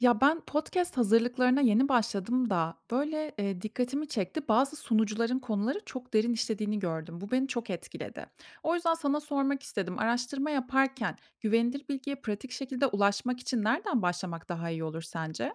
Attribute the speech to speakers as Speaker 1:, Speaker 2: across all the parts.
Speaker 1: Ya, ben podcast hazırlıklarına yeni başladım da, böyle, dikkatimi çekti. Bazı sunucuların konuları çok derin işlediğini gördüm. Bu beni çok etkiledi. O yüzden sana sormak istedim. Araştırma yaparken güvenilir bilgiye pratik şekilde ulaşmak için nereden başlamak daha iyi olur sence?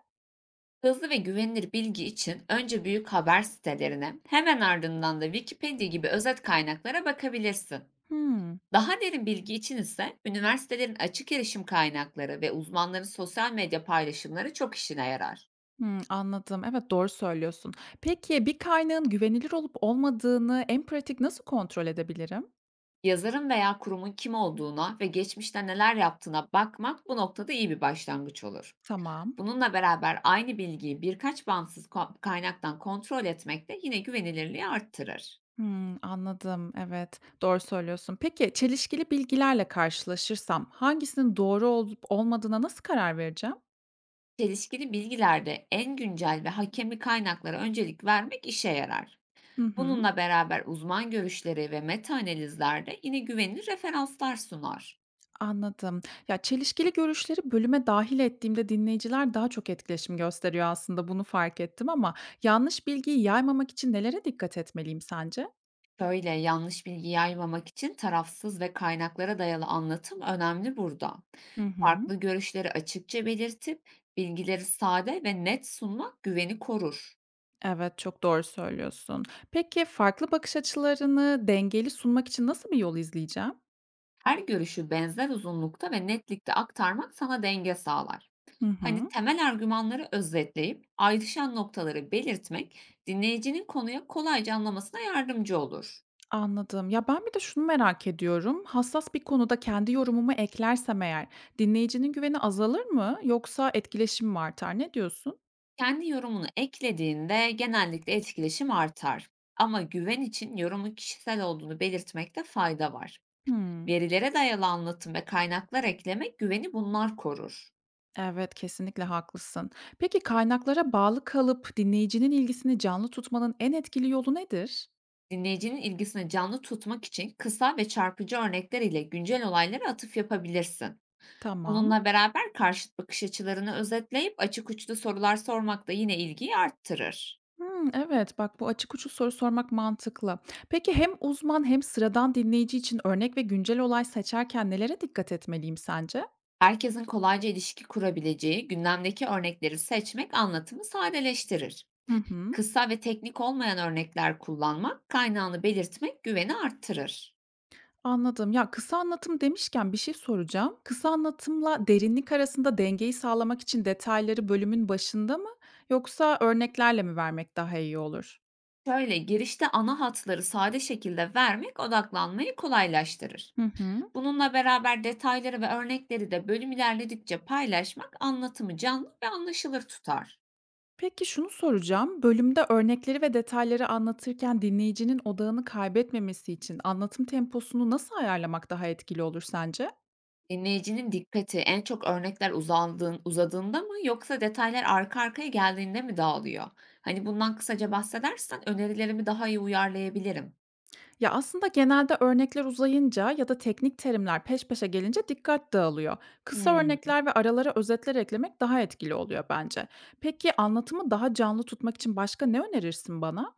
Speaker 2: Hızlı ve güvenilir bilgi için önce büyük haber sitelerine, hemen ardından da Wikipedia gibi özet kaynaklara bakabilirsin.
Speaker 1: Hımm.
Speaker 2: Daha derin bilgi için ise üniversitelerin açık erişim kaynakları ve uzmanların sosyal medya paylaşımları çok işine yarar.
Speaker 1: Hımm, anladım. Evet, doğru söylüyorsun. Peki bir kaynağın güvenilir olup olmadığını en pratik nasıl kontrol edebilirim?
Speaker 2: Yazarın veya kurumun kim olduğuna ve geçmişte neler yaptığına bakmak bu noktada iyi bir başlangıç olur.
Speaker 1: Tamam.
Speaker 2: Bununla beraber aynı bilgiyi birkaç bağımsız kaynaktan kontrol etmek de yine güvenilirliği arttırır.
Speaker 1: Hımm, anladım. Evet, doğru söylüyorsun. Peki, çelişkili bilgilerle karşılaşırsam hangisinin doğru olup olmadığına nasıl karar vereceğim?
Speaker 2: Çelişkili bilgilerde en güncel ve hakemli kaynaklara öncelik vermek işe yarar.
Speaker 1: Hı hı,
Speaker 2: Bununla beraber uzman görüşleri ve metaanalizler de yine güvenilir referanslar sunar.
Speaker 1: anladım. Ya, çelişkili görüşleri bölüme dâhil ettiğimde dinleyiciler daha çok etkileşim gösteriyor aslında, bunu fark ettim ama yanlış bilgiyi yaymamak için nelere dikkat etmeliyim sence?
Speaker 2: Şöyle yanlış bilgi yaymamak için tarafsız ve kaynaklara dayalı anlatım önemli burada.
Speaker 1: Hı hı.
Speaker 2: Farklı görüşleri açıkça belirtip bilgileri sade ve net sunmak güveni korur.
Speaker 1: Evet, çok doğru söylüyorsun. Peki, farklı bakış açılarını dengeli sunmak için nasıl bir yol izleyeceğim?
Speaker 2: Her görüşü benzer uzunlukta ve netlikte aktarmak sana denge sağlar.
Speaker 1: Hı
Speaker 2: Hani,
Speaker 1: hı.
Speaker 2: temel argümanları özetleyip ayrışan noktaları belirtmek dinleyicinin konuya kolayca anlamasına yardımcı olur.
Speaker 1: Anladım. Ya, ben bir de şunu merak ediyorum. Hassas bir konuda kendi yorumumu eklersem eğer dinleyicinin güveni azalır mı yoksa etkileşim mi artar? Ne diyorsun?
Speaker 2: Kendi yorumunu eklediğinde genellikle etkileşim artar. Ama güven için yorumun kişisel olduğunu belirtmekte fayda var.
Speaker 1: Hımm.
Speaker 2: Verilere dayalı anlatım ve kaynaklar eklemek güveni bunlar korur.
Speaker 1: Evet, kesinlikle haklısın. Peki kaynaklara bağlı kalıp dinleyicinin ilgisini canlı tutmanın en etkili yolu nedir?
Speaker 2: Dinleyicinin ilgisini canlı tutmak için kısa ve çarpıcı örnekler ile güncel olaylara atıf yapabilirsin.
Speaker 1: Tamam.
Speaker 2: Bununla beraber karşıt bakış açılarını özetleyip açık uçlu sorular sormak da yine ilgiyi arttırır.
Speaker 1: Hımm, evet, bak bu açık uçlu soru sormak mantıklı. Peki hem uzman hem sıradan dinleyici için örnek ve güncel olay seçerken nelere dikkat etmeliyim sence?
Speaker 2: Herkesin kolayca ilişki kurabileceği gündemdeki örnekleri seçmek anlatımı sadeleştirir.
Speaker 1: Hı hı.
Speaker 2: Kısa ve teknik olmayan örnekler kullanmak, kaynağını belirtmek güveni arttırır.
Speaker 1: Anladım. Ya, kısa anlatım demişken bir şey soracağım. Kısa anlatımla derinlik arasında dengeyi sağlamak için detayları bölümün başında mı yoksa örneklerle mi vermek daha iyi olur?
Speaker 2: Şöyle girişte ana hatları sade şekilde vermek odaklanmayı kolaylaştırır.
Speaker 1: Hı hı.
Speaker 2: Bununla beraber detayları ve örnekleri de bölüm ilerledikçe paylaşmak anlatımı canlı ve anlaşılır tutar.
Speaker 1: Peki şunu soracağım. Bölümde örnekleri ve detayları anlatırken dinleyicinin odağını kaybetmemesi için anlatım temposunu nasıl ayarlamak daha etkili olur sence?
Speaker 2: Dinleyicinin dikkati en çok örnekler uzadığında mı yoksa detaylar arka arkaya geldiğinde mi dağılıyor? Hani, bundan kısaca bahsedersen önerilerimi daha iyi uyarlayabilirim.
Speaker 1: Ya, aslında genelde örnekler uzayınca ya da teknik terimler peş peşe gelince dikkat dağılıyor. Kısa
Speaker 2: Hımm.
Speaker 1: örnekler ve aralara özetler eklemek daha etkili oluyor bence. Peki anlatımı daha canlı tutmak için başka ne önerirsin bana?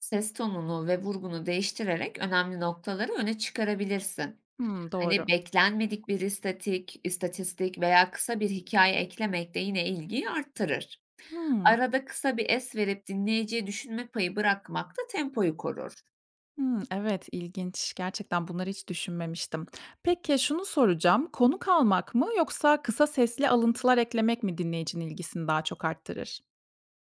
Speaker 2: Ses tonunu ve vurgunu değiştirerek önemli noktaları öne çıkarabilirsin.
Speaker 1: Hımm,
Speaker 2: Hani,
Speaker 1: doğru.
Speaker 2: beklenmedik bir istatistik veya kısa bir hikaye eklemek de yine ilgiyi arttırır.
Speaker 1: Hımm,
Speaker 2: Arada kısa bir es verip dinleyiciye düşünme payı bırakmak da tempoyu korur.
Speaker 1: hımm, evet, ilginç. Gerçekten bunları hiç düşünmemiştim. Peki şunu soracağım, konuk almak mı yoksa kısa sesli alıntılar eklemek mi dinleyicinin ilgisini daha çok arttırır?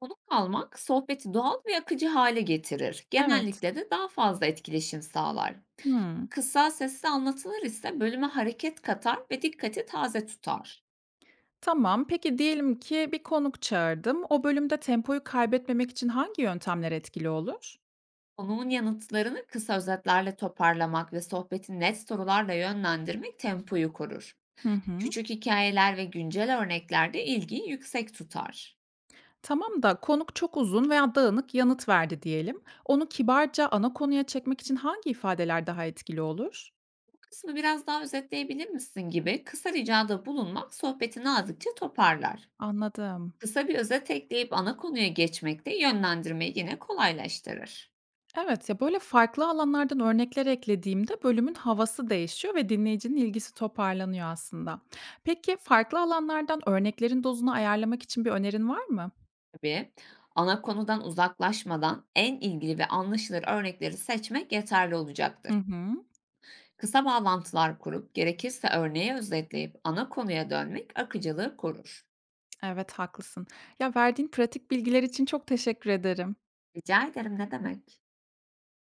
Speaker 2: Konuk kalmak sohbeti doğal ve akıcı hale getirir.
Speaker 1: Evet.
Speaker 2: Genellikle de daha fazla etkileşim sağlar.
Speaker 1: Hımm.
Speaker 2: Kısa sesli anlatılır ise bölüme hareket katar ve dikkati taze tutar.
Speaker 1: Tamam. Peki diyelim ki bir konuk çağırdım. O bölümde tempoyu kaybetmemek için hangi yöntemler etkili olur?
Speaker 2: Konuğun yanıtlarını kısa özetlerle toparlamak ve sohbeti net sorularla yönlendirmek tempoyu korur.
Speaker 1: Hı hı.
Speaker 2: Küçük hikayeler ve güncel örnekler de ilgiyi yüksek tutar.
Speaker 1: Tamam da konuk çok uzun veya dağınık yanıt verdi diyelim. Onu kibarca ana konuya çekmek için hangi ifadeler daha etkili olur?
Speaker 2: "Bu kısmı biraz daha özetleyebilir misin?" gibi kısa ricada bulunmak sohbeti nazikçe toparlar.
Speaker 1: Anladım.
Speaker 2: Kısa bir özet ekleyip ana konuya geçmek de yönlendirmeyi yine kolaylaştırır.
Speaker 1: Evet ya böyle farklı alanlardan örnekler eklediğimde bölümün havası değişiyor ve dinleyicinin ilgisi toparlanıyor aslında. Peki farklı alanlardan örneklerin dozunu ayarlamak için bir önerin var mı?
Speaker 2: Tabii, ana konudan uzaklaşmadan en ilgili ve anlaşılır örnekleri seçmek yeterli olacaktır.
Speaker 1: Hı hı.
Speaker 2: Kısa bağlantılar kurup gerekirse örneği özetleyip ana konuya dönmek akıcılığı korur.
Speaker 1: Evet, haklısın. Ya, verdiğin pratik bilgiler için çok teşekkür ederim.
Speaker 2: Rica ederim, ne demek?